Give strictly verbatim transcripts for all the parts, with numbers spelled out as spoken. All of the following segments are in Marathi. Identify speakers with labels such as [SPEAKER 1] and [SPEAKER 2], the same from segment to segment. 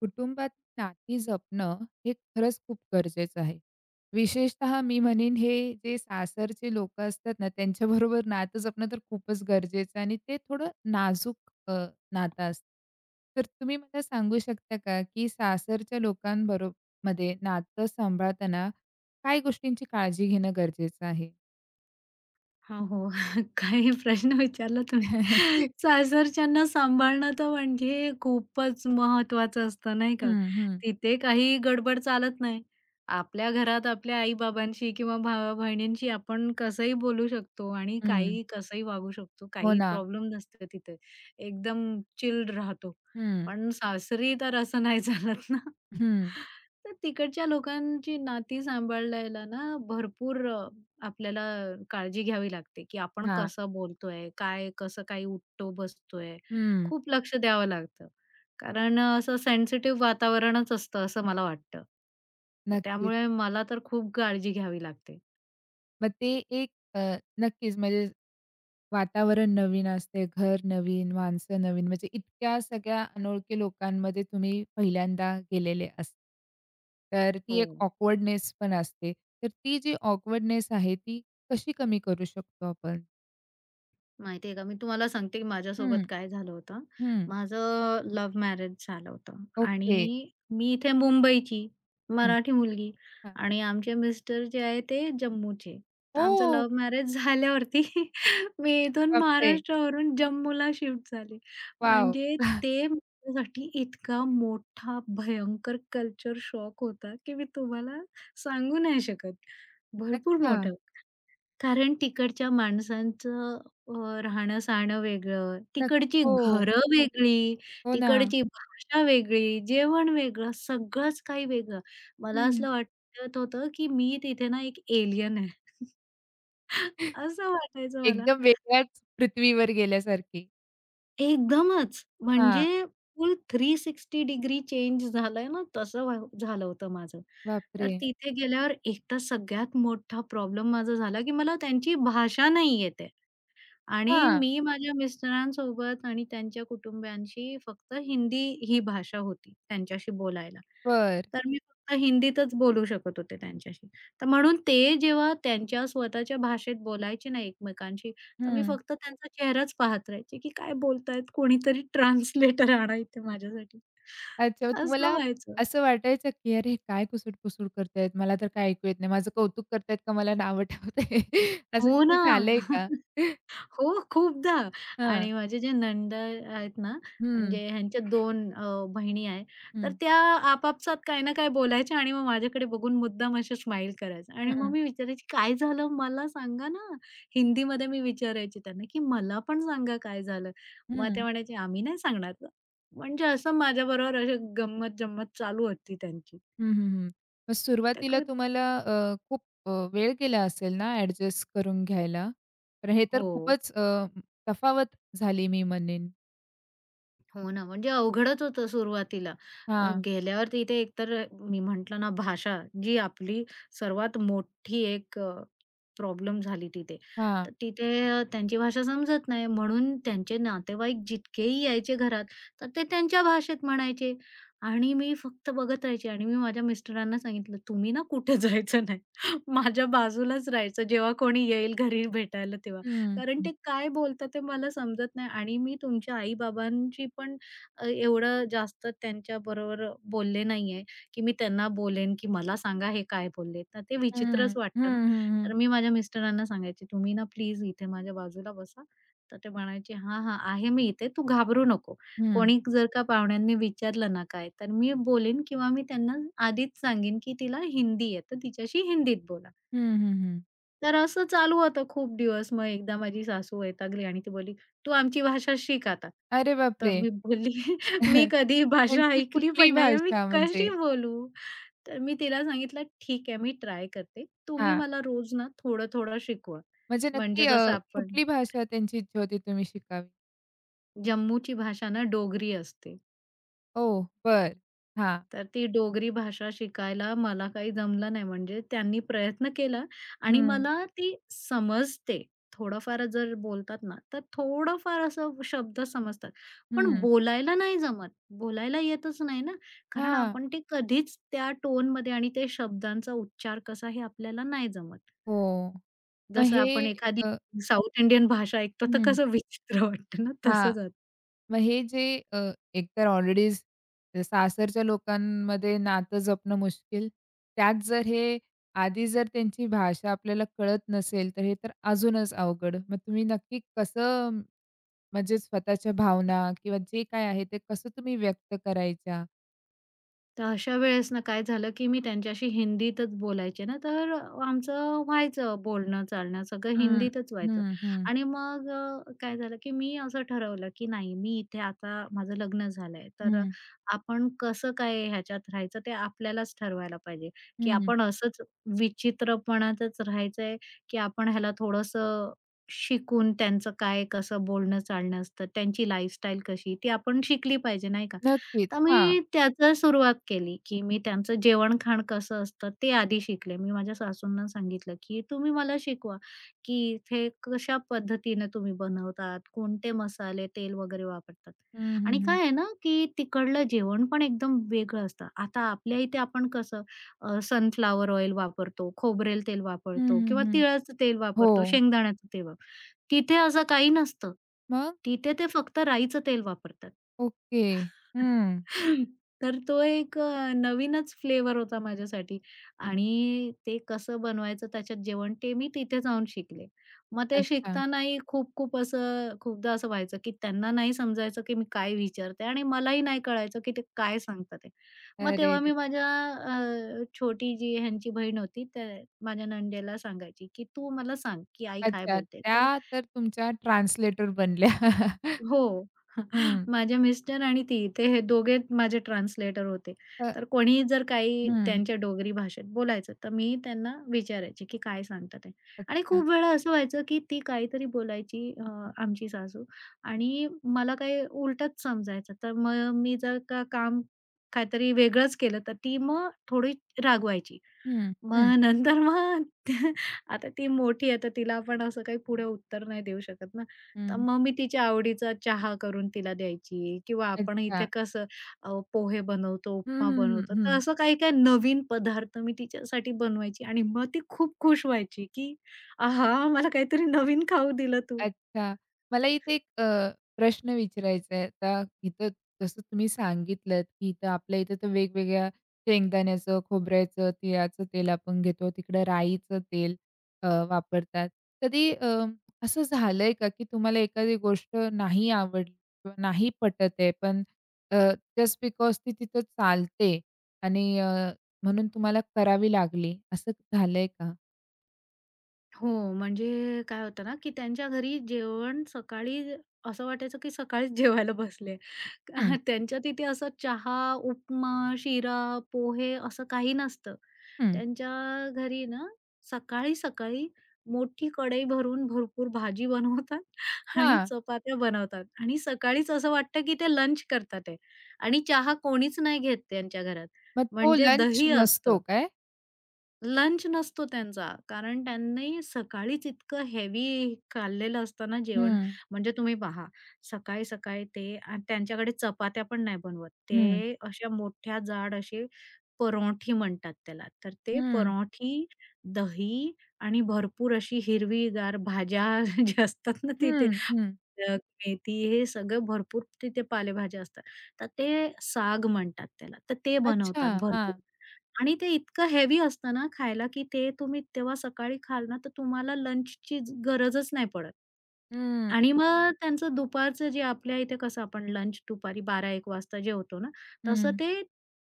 [SPEAKER 1] कुटुंबात नाती जपणं हे खरंच खूप गरजेचं आहे. विशेषतः मी म्हणेन हे जे सासरचे लोकं असतात ना, त्यांच्याबरोबर नातं जपणं तर खूपच गरजेचं आहे आणि ते थोडं नाजूक अ, नातं असतं. तर तुम्ही मला सांगू शकता का, की सासरच्या लोकांबरो मध्ये नातं सांभाळताना काय गोष्टींची काळजी घेणं गरजेचं आहे?
[SPEAKER 2] हां, हो. काही प्रश्न विचारला तुम्ही. सासरच्यांना सांभाळणं तर म्हणजे खूपच महत्त्वाचं असतं, नाही का?
[SPEAKER 1] हं, हं,
[SPEAKER 2] तिथे काही गडबड चालत नाही. आपल्या घरात आपल्या आई-बाबांशी किंवा भावा-बहिणींशी आपण कसंही बोलू शकतो आणि
[SPEAKER 1] हं.
[SPEAKER 2] काही कसंही वागू शकतो.
[SPEAKER 1] हो
[SPEAKER 2] काही
[SPEAKER 1] ना.
[SPEAKER 2] प्रॉब्लेम नसतो तिथे. एकदम चिल राहतो.
[SPEAKER 1] हं,
[SPEAKER 2] पण सासरी तर असं नाही चालत ना.
[SPEAKER 1] हं.
[SPEAKER 2] तर तिकडच्या लोकांची नाती सांभाळायला ना भरपूर आपल्याला काळजी घ्यावी लागते, की आपण
[SPEAKER 1] हां.
[SPEAKER 2] कसं बोलतोय, काय कसं काही उठतो बसतोय.
[SPEAKER 1] हं.
[SPEAKER 2] खूप लक्ष द्यावं लागतं. कारण अ, असं सेन्सिटिव्ह वातावरणच असतं असं मला वाटतं. तर
[SPEAKER 1] नक्कीच.
[SPEAKER 2] त्यामुळे मला तर खूप काळजी घ्यावी लागते.
[SPEAKER 1] मग ते एक अ, नक्कीच म्हणजे वातावरण नवीन असते, घर नवीन, माणसं नवीन, म्हणजे इतक्या सगळ्या अनोळखी लोकांमध्ये तुम्ही पहिल्यांदा गेलेले असता. तर ती
[SPEAKER 2] हो.
[SPEAKER 1] एक ऑकवर्डनेस पण असते. तर ती जी ऑकवर्डनेस आहे, ती कशी कमी करू शकतो आपण?
[SPEAKER 2] माहिती आहे का, मी तुम्हाला सांगते की
[SPEAKER 1] हं,
[SPEAKER 2] माझ्यासोबत काय झालं होतं.
[SPEAKER 1] हं.
[SPEAKER 2] माझं लव्ह मॅरेज झालं होतं
[SPEAKER 1] ओके.
[SPEAKER 2] आणि मी इथे मुंबईची,
[SPEAKER 1] हं,
[SPEAKER 2] मराठी मुलगी
[SPEAKER 1] हां.
[SPEAKER 2] आणि आमचे मिस्टर जे आहे ते जम्मूचे. तर आमचं
[SPEAKER 1] ओह!
[SPEAKER 2] लव्ह मॅरेज झाल्यावरती मी इथून
[SPEAKER 1] बापरे!
[SPEAKER 2] महाराष्ट्रावरून जम्मूला शिफ्ट झाले.
[SPEAKER 1] वॉव!
[SPEAKER 2] म्हणजे ते माझ्यासाठी इतका मोठा भयंकर कल्चर शॉक होता की मी तुम्हाला सांगू नाही शकत. भरपूर
[SPEAKER 1] अच्छा.
[SPEAKER 2] मोठा. कारण तिकडच्या माणसांचं अ, राहणं-सहाणं वेगळं,
[SPEAKER 1] नक्की.
[SPEAKER 2] तिकडची
[SPEAKER 1] हो,
[SPEAKER 2] घरं वेगळी,
[SPEAKER 1] हो ना.
[SPEAKER 2] तिकडची भाषा वेगळी, जेवण वेगळं, सगळंच काही वेगळं. मला
[SPEAKER 1] हं.
[SPEAKER 2] असं वाटत होतं, की मी तिथे ना एक एलियन आहे. असं वाटायचं मला.
[SPEAKER 1] एकदम वेगळ्याच पृथ्वीवर गेल्यासारखी.
[SPEAKER 2] एकदमच
[SPEAKER 1] हां.
[SPEAKER 2] म्हणजे फुल तीनशे साठ डिग्री चेंज झालाय ना, तसं व्हा झालं होतं माझं.
[SPEAKER 1] बापरे!
[SPEAKER 2] तर तिथे गेल्यावर एक तर सगळ्यात मोठा प्रॉब्लेम माझा झाला, की मला त्यांची भाषा नाही येत आणि
[SPEAKER 1] हां.
[SPEAKER 2] मी माझ्या मिस्टरांसोबत आणि त्यांच्या कुटुंबियांशी फक्त हिंदी ही भाषा होती त्यांच्याशी बोलायला.
[SPEAKER 1] बरं.
[SPEAKER 2] तर मी फक्त हिंदीतच बोलू शकत होते त्यांच्याशी. तर म्हणून ते जेव्हा त्यांच्या स्वतःच्या भाषेत बोलायचे ना एकमेकांशी, तर मी
[SPEAKER 1] हं.
[SPEAKER 2] फक्त त्यांचा चेहराच पाहत राहायचे, की काय बोलतायत? कोणीतरी ट्रान्सलेटर आणा इथे माझ्यासाठी.
[SPEAKER 1] अच्छा, मग
[SPEAKER 2] असं
[SPEAKER 1] तुम्हाला
[SPEAKER 2] व्हायचं.
[SPEAKER 1] असं वाटायचं की "अरे, हे काय कुसूट-कुसूट करतायत? मला तर काय ऐकू येत नाही. माझं कौतुक करतायत का मला नावं ठेवताय?" असं
[SPEAKER 2] हो
[SPEAKER 1] कधी
[SPEAKER 2] ना.
[SPEAKER 1] झालंय का?
[SPEAKER 2] हो, खूपदा
[SPEAKER 1] हां.
[SPEAKER 2] आणि माझे जे नणंद आहेत ना,
[SPEAKER 1] हं,
[SPEAKER 2] म्हणजे ह्यांच्या दोन अ, बहिणी आहेत, तर
[SPEAKER 1] हं.
[SPEAKER 2] त्या आपापसात काही ना काही बोलायच्या आणि मग माझ्याकडे बघून मुद्दाम असे स्माईल करायचं आणि
[SPEAKER 1] हं,
[SPEAKER 2] मग
[SPEAKER 1] हं.
[SPEAKER 2] मी विचारायची, "काय झालं? मला सांगा ना." हिंदीमध्ये मी विचारायची त्यांना, की "मला पण सांगा काय झालं?" मग ते म्हणायचे, "आम्ही नाही सांगणार गं." म्हणजे असं माझ्याबरोबर अशी गंमत-जंमत चालू होती त्यांची.
[SPEAKER 1] हं, हं, हं. मग
[SPEAKER 2] तर
[SPEAKER 1] सुरुवातीला
[SPEAKER 2] क
[SPEAKER 1] तुम्हाला अ, खूप अ, वेळ गेला असेल ना ॲडजस्ट करून घ्यायला? तर हे तर
[SPEAKER 2] हो.
[SPEAKER 1] खूपच अ, तफावत झाली मी म्हणेन.
[SPEAKER 2] हो ना, म्हणजे अवघडच होतं सुरुवातीला. अ,
[SPEAKER 1] हां,
[SPEAKER 2] गेल्यावर तिथे एकतर मी म्हटलं ना, भाषा जी आपली सर्वात मोठी एक अ, प्रॉब्लेम झाली तिथे. तर
[SPEAKER 1] हां.
[SPEAKER 2] तिथे अ, त्यांची भाषा समजत नाही, म्हणून त्यांचे नातेवाईक जितकेही यायचे घरात, तर ते त्यांच्या भाषेत म्हणायचे आणि मी फक्त बघत राहायचे आणि मी माझ्या मिस्टरांना सांगितलं, "तुम्ही ना कुठे जायचं नाही. माझ्या बाजूलाच राहायचं, जेव्हा कोणी येईल घरी भेटायला तेव्हा."
[SPEAKER 1] हं,
[SPEAKER 2] कारण
[SPEAKER 1] हं.
[SPEAKER 2] ते काय बोलतात ते मला समजत नाही आणि मी तुमच्या आई-बाबांची पण अ, एवढं जास्त त्यांच्याबरोबर बोलले नाहीये, की मी त्यांना बोलेन, की "मला सांगा हे काय बोलले?" तर ते विचित्रच
[SPEAKER 1] हं, हं,
[SPEAKER 2] वाटतं ना.
[SPEAKER 1] हं,
[SPEAKER 2] तर
[SPEAKER 1] हं.
[SPEAKER 2] मी माझ्या मिस्टरांना सांगायची, "तुम्ही ना प्लीज इथे माझ्या बाजूला बसा." तर ते म्हणायचे, "हां, हां, आहे मी इथे. तू घाबरू नको.
[SPEAKER 1] हं,
[SPEAKER 2] कोणी जर का पाहुण्यांनी विचारलं ना काय, तर मी बोलेन किंवा मी त्यांना आधीच सांगेन, की तिला हिंदी आहे, तर तिच्याशी हिंदीत बोला."
[SPEAKER 1] हं, हं,
[SPEAKER 2] तर असं चालू होतं खूप दिवस. मग एकदा माझी सासू वैतागली आणि ती बोलली, "तू आमची भाषा शिक आता."
[SPEAKER 1] अरे
[SPEAKER 2] तर
[SPEAKER 1] बापरे!
[SPEAKER 2] मी बोलली, "मी कधी ही भाषा
[SPEAKER 1] त्यांची
[SPEAKER 2] ऐकली
[SPEAKER 1] कुठली
[SPEAKER 2] पण नाही आहे. मी
[SPEAKER 1] भाषा
[SPEAKER 2] कशी
[SPEAKER 1] म्हणजे?
[SPEAKER 2] बोलू?" तर मी तिला सांगितलं, "ठीक आहे, मी ट्राय करते. तुम्ही
[SPEAKER 1] हां,
[SPEAKER 2] मला रोज ना थोडं-थोडं शिकवा."
[SPEAKER 1] म्हणजे
[SPEAKER 2] म्हणजे
[SPEAKER 1] नक्की अ,
[SPEAKER 2] जसं आपण
[SPEAKER 1] कुठली भाषा त्यांची इच्छा होती तुम्ही शिकावी?
[SPEAKER 2] जम्मूची भाषा ना डोगरी असते.
[SPEAKER 1] ओह! बरं. हां.
[SPEAKER 2] तर ती डोगरी भाषा शिकायला मला काही जमलं नाही म्हणजे त्यांनी प्रयत्न केला आणि
[SPEAKER 1] हं,
[SPEAKER 2] मला ती समजते. थोडंफार जर बोलतात ना, तर थोडंफार असं शब्द समजतात. पण
[SPEAKER 1] हं.
[SPEAKER 2] बोलायला नाही जमत. बोलायला येतच नाही ना, कारण
[SPEAKER 1] हां.
[SPEAKER 2] आपण ते कधीच त्या टोनमध्ये आणि ते शब्दांचा उच्चार कसा हे आपल्याला नाही जमत.
[SPEAKER 1] हो. मग
[SPEAKER 2] जसं
[SPEAKER 1] हे
[SPEAKER 2] आपण एखादी
[SPEAKER 1] अ,
[SPEAKER 2] साउथ इंडियन भाषा ऐकतो तर
[SPEAKER 1] हं.
[SPEAKER 2] कसं विचित्र वाटतं ना,
[SPEAKER 1] हां.
[SPEAKER 2] तसं झालं.
[SPEAKER 1] मग हे जे अ, एकतर ऑलरेडीच सासरच्या लोकांमध्ये नातं जपणं मुश्किल, त्यात जर हे आधी जर त्यांची भाषा आपल्याला कळत नसेल, तर हे तर अजूनच अवघड. मग तुम्ही नक्की कसं म्हणजे स्वतःच्या भावना किंवा जे काय आहे ते कसं तुम्ही व्यक्त करायच्या?
[SPEAKER 2] तर अशा वेळेस ना काय झालं, की मी त्यांच्याशी हिंदीतच बोलायचे ना, तर आमचं व्हायचं बोलणं-चालणं सगळं
[SPEAKER 1] हं,
[SPEAKER 2] हिंदीतच व्हायचं.
[SPEAKER 1] हं, हं,
[SPEAKER 2] आणि मग अ, काय झालं, की मी असं ठरवलं, की नाही मी इथे आता माझं लग्न झालंय, तर
[SPEAKER 1] हं,
[SPEAKER 2] आपण कसं काय ह्याच्यात राहायचं ते आपल्यालाच ठरवायला पाहिजे, की
[SPEAKER 1] हं.
[SPEAKER 2] आपण असंच विचित्रपणातच राहायचंय, की आपण ह्याला थोडंसं शिकून त्यांचं काय कसं बोलणं-चालणं असतं, त्यांची लाईफस्टाईल कशी ती आपण शिकली पाहिजे नाही का?
[SPEAKER 1] नक्कीच.
[SPEAKER 2] तर
[SPEAKER 1] हां.
[SPEAKER 2] मी त्याचं सुरुवात केली, की मी त्यांचं जेवण-खाण कसं असतं ते आधी शिकले. मी माझ्या सासूंना सांगितलं, की "तुम्ही मला शिकवा, की इथे कशा पद्धतीने तुम्ही बनवतात, कोणते मसाले, तेल वगैरे वापरतात."
[SPEAKER 1] हं, हं,
[SPEAKER 2] आणि
[SPEAKER 1] हं.
[SPEAKER 2] काय आहे ना, की तिकडलं जेवण पण एकदम वेगळं असतं. आता आपल्या इथे आपण कसं अ, सनफ्लॉवर ऑइल वापरतो, खोबरेल तेल
[SPEAKER 1] हं,
[SPEAKER 2] वापरतो किंवा
[SPEAKER 1] हं, हं.
[SPEAKER 2] तिळाचं तेल वापरतो,
[SPEAKER 1] हो.
[SPEAKER 2] शेंगदाण्याचं तेल वापरतो. तिथे असं काही नसतं.
[SPEAKER 1] मग?
[SPEAKER 2] तिथे ते फक्त राईचं तेल वापरतात.
[SPEAKER 1] ओके. हं.
[SPEAKER 2] तर तो एक अ, नवीनच फ्लेवर होता माझ्यासाठी आणि ते कसं बनवायचं त्याच्यात जेवण ते मी तिथे जाऊन शिकले. मग ते
[SPEAKER 1] अच्छा.
[SPEAKER 2] शिकतानाही खूप-खूप असं खूपदा असं व्हायचं, की त्यांना नाही समजायचं, की मी काय विचारते आणि मलाही नाही कळायचं, की ते काय सांगतात आहे. मग
[SPEAKER 1] अरे
[SPEAKER 2] तेव्हा
[SPEAKER 1] रे!
[SPEAKER 2] मी माझ्या अ, छोटी जी ह्यांची बहीण होती, त्या माझ्या नणंदेला सांगायची, की "तू मला सांग, की आई काय
[SPEAKER 1] अच्छा.
[SPEAKER 2] बोलते?" तर
[SPEAKER 1] त्या तर तुमच्या ट्रान्सलेटर बनल्या.
[SPEAKER 2] हो.
[SPEAKER 1] हं.
[SPEAKER 2] माझे मिस्टर आणि ती ते हे दोघे माझे ट्रान्सलेटर होते.
[SPEAKER 1] अ
[SPEAKER 2] तर कोणी जर काही
[SPEAKER 1] हं.
[SPEAKER 2] त्यांच्या डोगरी भाषेत बोलायचं, तर मी त्यांना विचारायचे, की काय सांगता ते? आणि
[SPEAKER 1] अच्छा.
[SPEAKER 2] खूप वेळा असं व्हायचं, की ती काहीतरी बोलायची अ, आमची सासू आणि मला काही उलटंच समजायचं. तर मग मी जर का काम काहीतरी वेगळंच केलं, तर ती मग थोडी रागवायची.
[SPEAKER 1] हं, हं,
[SPEAKER 2] मग नंतर मग आता ती मोठी आहे, तर तिला आपण असं काही पुढे उत्तर नाही देऊ शकत ना. तर
[SPEAKER 1] हं.
[SPEAKER 2] मग मी तिच्या आवडीचा चहा करून तिला द्यायची किंवा आपण
[SPEAKER 1] अच्छा.
[SPEAKER 2] इथे कसं अ, पोहे बनवतो,
[SPEAKER 1] हं,
[SPEAKER 2] उपमा
[SPEAKER 1] हं,
[SPEAKER 2] बनवतो,
[SPEAKER 1] हं,
[SPEAKER 2] तर
[SPEAKER 1] हं.
[SPEAKER 2] असं काही-काही नवीन पदार्थ मी तिच्यासाठी बनवायची आणि मग ती खूप खुश व्हायची, की "आहा! मला काहीतरी नवीन खाऊ दिलं तू."
[SPEAKER 1] अच्छा. मला इथे एक अ, प्रश्न विचारायचा आहे. आता इथं जसं तुम्ही सांगितलंत, की इथं आपल्या इथं तर वेगवेगळ्या शेंगदाण्याचं, खोबऱ्याचं, तिळाचं तेल आपण घेतो. तिकडं राईचं तेल अ, वापरतात. कधी अ, असं झालंय का, की तुम्हाला एखादी गोष्ट नाही आवडली किंवा नाही पटत आहे, पण जस्ट बिकॉज ती तिथं चालते आणि अ, म्हणून तुम्हाला करावी लागली, असं झालंय का?
[SPEAKER 2] हो, म्हणजे काय होतं ना, की त्यांच्या घरी जेवण सकाळी असं वाटायचं, की सकाळीच जेवायला बसले.
[SPEAKER 1] हं,
[SPEAKER 2] त्यांच्या तिथे असं चहा, उपमा, शिरा, पोहे असं काही नसतं.
[SPEAKER 1] हं.
[SPEAKER 2] त्यांच्या घरी ना सकाळी-सकाळी मोठी कढई भरून भरपूर भाजी बनवतात आणि
[SPEAKER 1] हां.
[SPEAKER 2] चपात्या बनवतात आणि सकाळीच असं वाटतं, की ते लंच करतात आहे आणि चहा कोणीच नाही घेत त्यांच्या घरात.
[SPEAKER 1] मग तो
[SPEAKER 2] म्हणजे
[SPEAKER 1] लंच
[SPEAKER 2] दही
[SPEAKER 1] नसतो
[SPEAKER 2] असतं.
[SPEAKER 1] काय?
[SPEAKER 2] लंच नसतो त्यांचा. कारण त्यांनी सकाळीच इतकं हेवी खाल्लेलं असतं ना जेवण.
[SPEAKER 1] हं,
[SPEAKER 2] म्हणजे तुम्ही पहा, सकाळी-सकाळी ते आणि त्यांच्याकडे चपात्या पण नाही बनवत.
[SPEAKER 1] हं,
[SPEAKER 2] ते अशा मोठ्या जाड असे पराठे म्हणतात त्याला. तर ते
[SPEAKER 1] हं,
[SPEAKER 2] पराठे, दही आणि भरपूर अशी हिरवीगार भाज्या ज्या असतात ना तिथे
[SPEAKER 1] हं, हं.
[SPEAKER 2] अ, मेथी हे सगळं भरपूर तिथे पालेभाज्या असतात. तर ते साग म्हणतात त्याला. तर ते
[SPEAKER 1] अच्छा,
[SPEAKER 2] बनवतात
[SPEAKER 1] हां.
[SPEAKER 2] भरपूर. आणि ते इतकं हेवी असतं ना खायला, की ते तुम्ही तेव्हा सकाळी खाल ना, तर तुम्हाला लंचची गरजच नाही पडत.
[SPEAKER 1] हं,
[SPEAKER 2] आणि मग त्यांचं दुपारचं जे आपल्या इथे कसं आपण लंच दुपारी बारा एक वाजता जेवतो ना, तसं
[SPEAKER 1] हं.
[SPEAKER 2] ते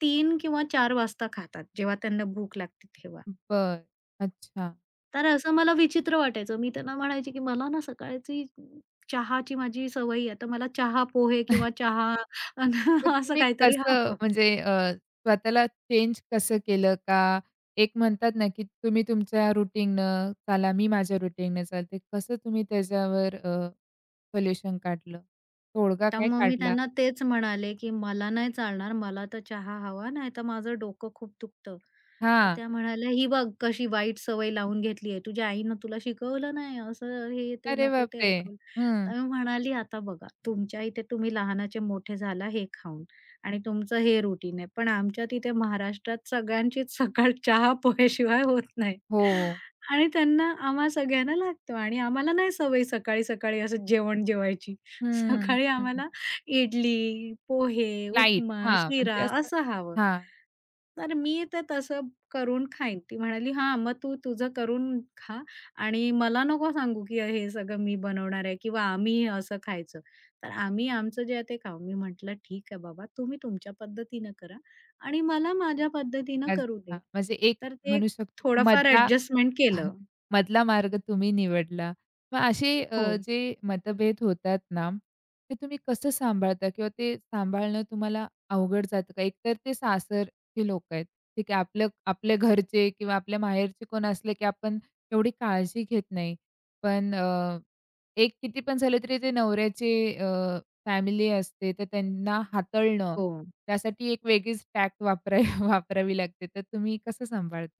[SPEAKER 2] तीन किंवा चार वाजता खातात, जेव्हा त्यांना भूक लागते तेव्हा.
[SPEAKER 1] बरं. अच्छा.
[SPEAKER 2] तर असं मला विचित्र वाटायचं. मी त्यांना म्हणायचे, की मला ना सकाळची चहाची माझी सवय आहे, तर मला चहा पोहे किंवा चहा अन
[SPEAKER 1] मग
[SPEAKER 2] असं
[SPEAKER 1] तुम्ही
[SPEAKER 2] काहीतरी
[SPEAKER 1] कसं
[SPEAKER 2] हवं.
[SPEAKER 1] म्हणजे अ, स्वतःला चेंज कसं केलं का? एक म्हणतात ना, की तुम्ही तुमच्या रूटीननं चाला, मी माझ्या रूटीनने चालते. कसं तुम्ही त्याच्यावर अ, सोल्युशन काढलं? तोडगा
[SPEAKER 2] तर
[SPEAKER 1] काय
[SPEAKER 2] मग मी
[SPEAKER 1] काढला?
[SPEAKER 2] त्यांना तेच म्हणाले, की "मला नाही चालणार. मला तर चहा हवा, नाहीतर माझं डोकं खूप दुखतं." तर
[SPEAKER 1] हां.
[SPEAKER 2] त्या म्हणाल्या, "ही बघ कशी वाईट सवय लावून घेतली आहे. तुझ्या आईनं तुला शिकवलं नाही, असं हे ते
[SPEAKER 1] अरे
[SPEAKER 2] नको ते
[SPEAKER 1] बापरे!
[SPEAKER 2] ऐकवलं."
[SPEAKER 1] हं.
[SPEAKER 2] तर मी म्हणाली, "आता बघा तुमच्या इथे तुम्ही लहानाचे मोठे झाला हे खाऊन आणि तुमचं हे रुटीन आहे. पण आमच्यात इथे महाराष्ट्रात सगळ्यांचीच सकाळ चहा पोह्याशिवाय होत नाही
[SPEAKER 1] हो.
[SPEAKER 2] आणि त्यांना आम्हा सगळ्यांना लागतो आणि आम्हाला नाही सवय सकाळी-सकाळी असं जेवण जेवायची.
[SPEAKER 1] हं,
[SPEAKER 2] सकाळी
[SPEAKER 1] हं.
[SPEAKER 2] आम्हाला इडली, पोहे,
[SPEAKER 1] लाईट.
[SPEAKER 2] उपमा,
[SPEAKER 1] हां,
[SPEAKER 2] शिरा
[SPEAKER 1] म्हणजे असं
[SPEAKER 2] असं हवं."
[SPEAKER 1] हां.
[SPEAKER 2] तर मी तर तसं करून खाईन. ती म्हणाली, "हां, मग तू तुझं करून खा आणि मला नको सांगू, की हे सगळं मी बनवणार आहे किंवा आम्ही हे असं खायचं." तर आम्ही आमचं जे आहे ते खाऊ. मी म्हटलं, "ठीक आहे बाबा, तुम्ही तुमच्या पद्धतीनं करा आणि मला माझ्या पद्धतीनं करू
[SPEAKER 1] अच्छा,
[SPEAKER 2] दे."
[SPEAKER 1] म्हणजे एक
[SPEAKER 2] तर ते
[SPEAKER 1] म्हणू शकतो की
[SPEAKER 2] थोडंफार
[SPEAKER 1] मधला
[SPEAKER 2] ॲडजस्टमेंट केलं.
[SPEAKER 1] मधला मार्ग तुम्ही निवडला. मग असे अ,
[SPEAKER 2] हो,
[SPEAKER 1] जे मतभेद होतात ना, ते तुम्ही कसं सांभाळता किंवा ते सांभाळणं तुम्हाला अवघड जातं का? एकतर ते सासरचे लोकं आहेत. ठीक आहे, आपलं आपले घरचे किंवा आपल्या माहेरचे कोण असले, की आपण एवढी काळजी घेत नाही. पण अ, एक किती पण झालं तरी ते नवऱ्याचे फॅमिली असते, तर त्यांना हाताळणं,
[SPEAKER 2] हो.
[SPEAKER 1] त्यासाठी एक वेगळीच टॅक्ट वापराय वापरावी लागते. तर तुम्ही कसं सांभाळता?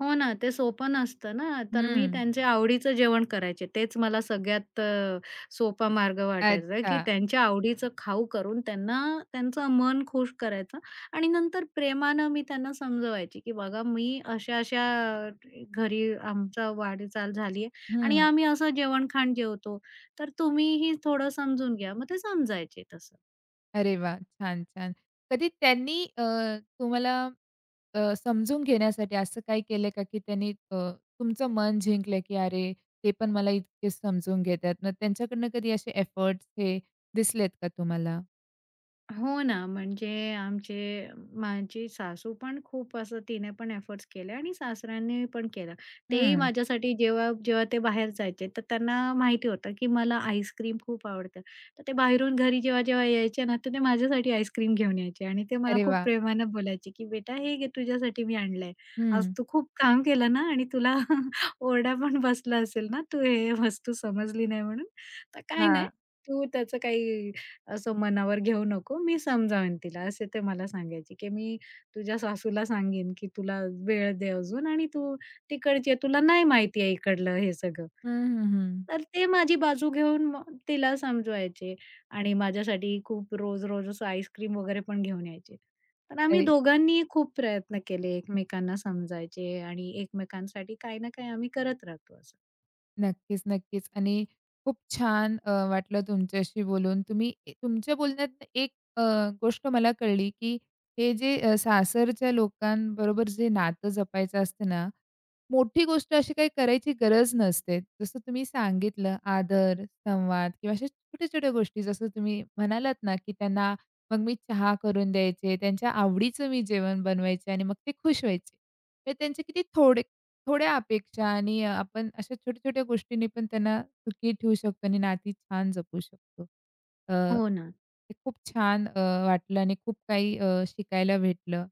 [SPEAKER 2] हो ना, ते सोपं नसतं ना, तर मी
[SPEAKER 1] हं.
[SPEAKER 2] त्यांच्या आवडीचं जेवण करायचे. तेच मला सगळ्यात अ, सोपा मार्ग वाटायचा, की
[SPEAKER 1] अच्छा.
[SPEAKER 2] त्यांच्या आवडीचं खाऊ करून त्यांना त्यांचं मन खुश करायचं आणि नंतर प्रेमानं मी त्यांना समजवायची, की "बघा मी अशा-अशा घरी आमचा वाटचाल झाली आहे आणि
[SPEAKER 1] हं.
[SPEAKER 2] आम्ही असं जेवण-खाण जेवतो, तर तुम्हीही थोडं समजून घ्या." मग ते समजायचे तसं.
[SPEAKER 1] अरे वाह! छान, छान. कधी त्यांनी अ, तुम्हाला अ, समजून घेण्यासाठी असं काही केलं का, की त्यांनी अ, तुमचं मन जिंकलं, की "अरे, ते पण मला इतके समजून घेतात." मग त्यांच्याकडनं कधी असे एफर्ट्स हे दिसलेत का तुम्हाला?
[SPEAKER 2] हो ना, म्हणजे आमचे माझी सासू पण खूप असं तिने पण एफर्ट्स केले आणि सासऱ्यांनी पण केलं. तेही
[SPEAKER 1] हं.
[SPEAKER 2] माझ्यासाठी जेव्हा जेव्हा ते बाहेर जायचे, तर त्यांना माहिती होतं, की मला आईस्क्रीम खूप आवडतं. तर ते बाहेरून घरी जेव्हा-जेव्हा यायचे ना, तर ते माझ्यासाठी आईस्क्रीम घेऊन यायचे आणि ते मला
[SPEAKER 1] अरे
[SPEAKER 2] खूप
[SPEAKER 1] वाह!
[SPEAKER 2] प्रेमानं बोलायचे, की "बेटा हे घे तुझ्यासाठी मी आणलंय. आज
[SPEAKER 1] हं.
[SPEAKER 2] तू खूप काम केलं ना आणि तुला ओरडा पण बसला असेल ना, तू हे वस्तू समजली नाही म्हणून. तर काही नाही,
[SPEAKER 1] हां.
[SPEAKER 2] तू त्याचं काही असं मनावर घेऊ नको, मी समजावेन तिला, असे ते मला सांगायचे, की "मी तुझ्या सासूला सांगेन, की तुला वेळ दे अजून आणि तू तिकडची आहे, तुला नाही माहिती आहे इकडलं हे सगळं."
[SPEAKER 1] हं, हं, हं.
[SPEAKER 2] तर ते माझी बाजू घेऊन मग तिला समजवायचे आणि माझ्यासाठी खूप रोज-रोज असं आईस्क्रीम वगैरे पण घेऊन यायचे. तर आम्ही
[SPEAKER 1] अरे
[SPEAKER 2] दोघांनी खूप प्रयत्न केले एकमेकांना समजायचे आणि एकमेकांसाठी काही ना काही आम्ही करत राहतो असं.
[SPEAKER 1] नक्कीच, नक्कीच. आणि खूप छान अ, वाटलं तुमच्याशी बोलून. तुम्ही ए तुमच्या बोलण्यात एक अ, गोष्ट मला कळली, की हे जे अ, सासरच्या लोकांबरोबर जे नातं जपायचं असतं ना, मोठी गोष्ट अशी काही करायची गरज नसते. जसं तुम्ही सांगितलं आदर, संवाद किंवा अशा छोट्या-छोट्या गोष्टी जसं तुम्ही म्हणालात ना, की त्यांना मग मी चहा करून द्यायचे, त्यांच्या आवडीचं मी जेवण बनवायचे आणि मग ते खुश व्हायचे. तर त्यांचे किती थोडे थोड्या अपेक्षा आणि अ, आपण अशा छोट्या-छोट्या गोष्टींनी पण त्यांना सुखी ठेवू शकतो आणि नाती छान जपू शकतो. अ,
[SPEAKER 2] हो
[SPEAKER 1] हे
[SPEAKER 2] ना.
[SPEAKER 1] खूप छान अ, वाटलं आणि खूप काही अ, शिकायला भेटलं.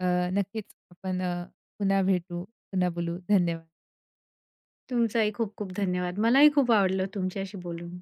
[SPEAKER 1] अ, नक्कीच आपण अ, पुन्हा भेटू, पुन्हा बोलू. धन्यवाद.
[SPEAKER 2] तुमचाही खूप खूप धन्यवाद. मलाही खूप आवडलं तुमच्याशी बोलून.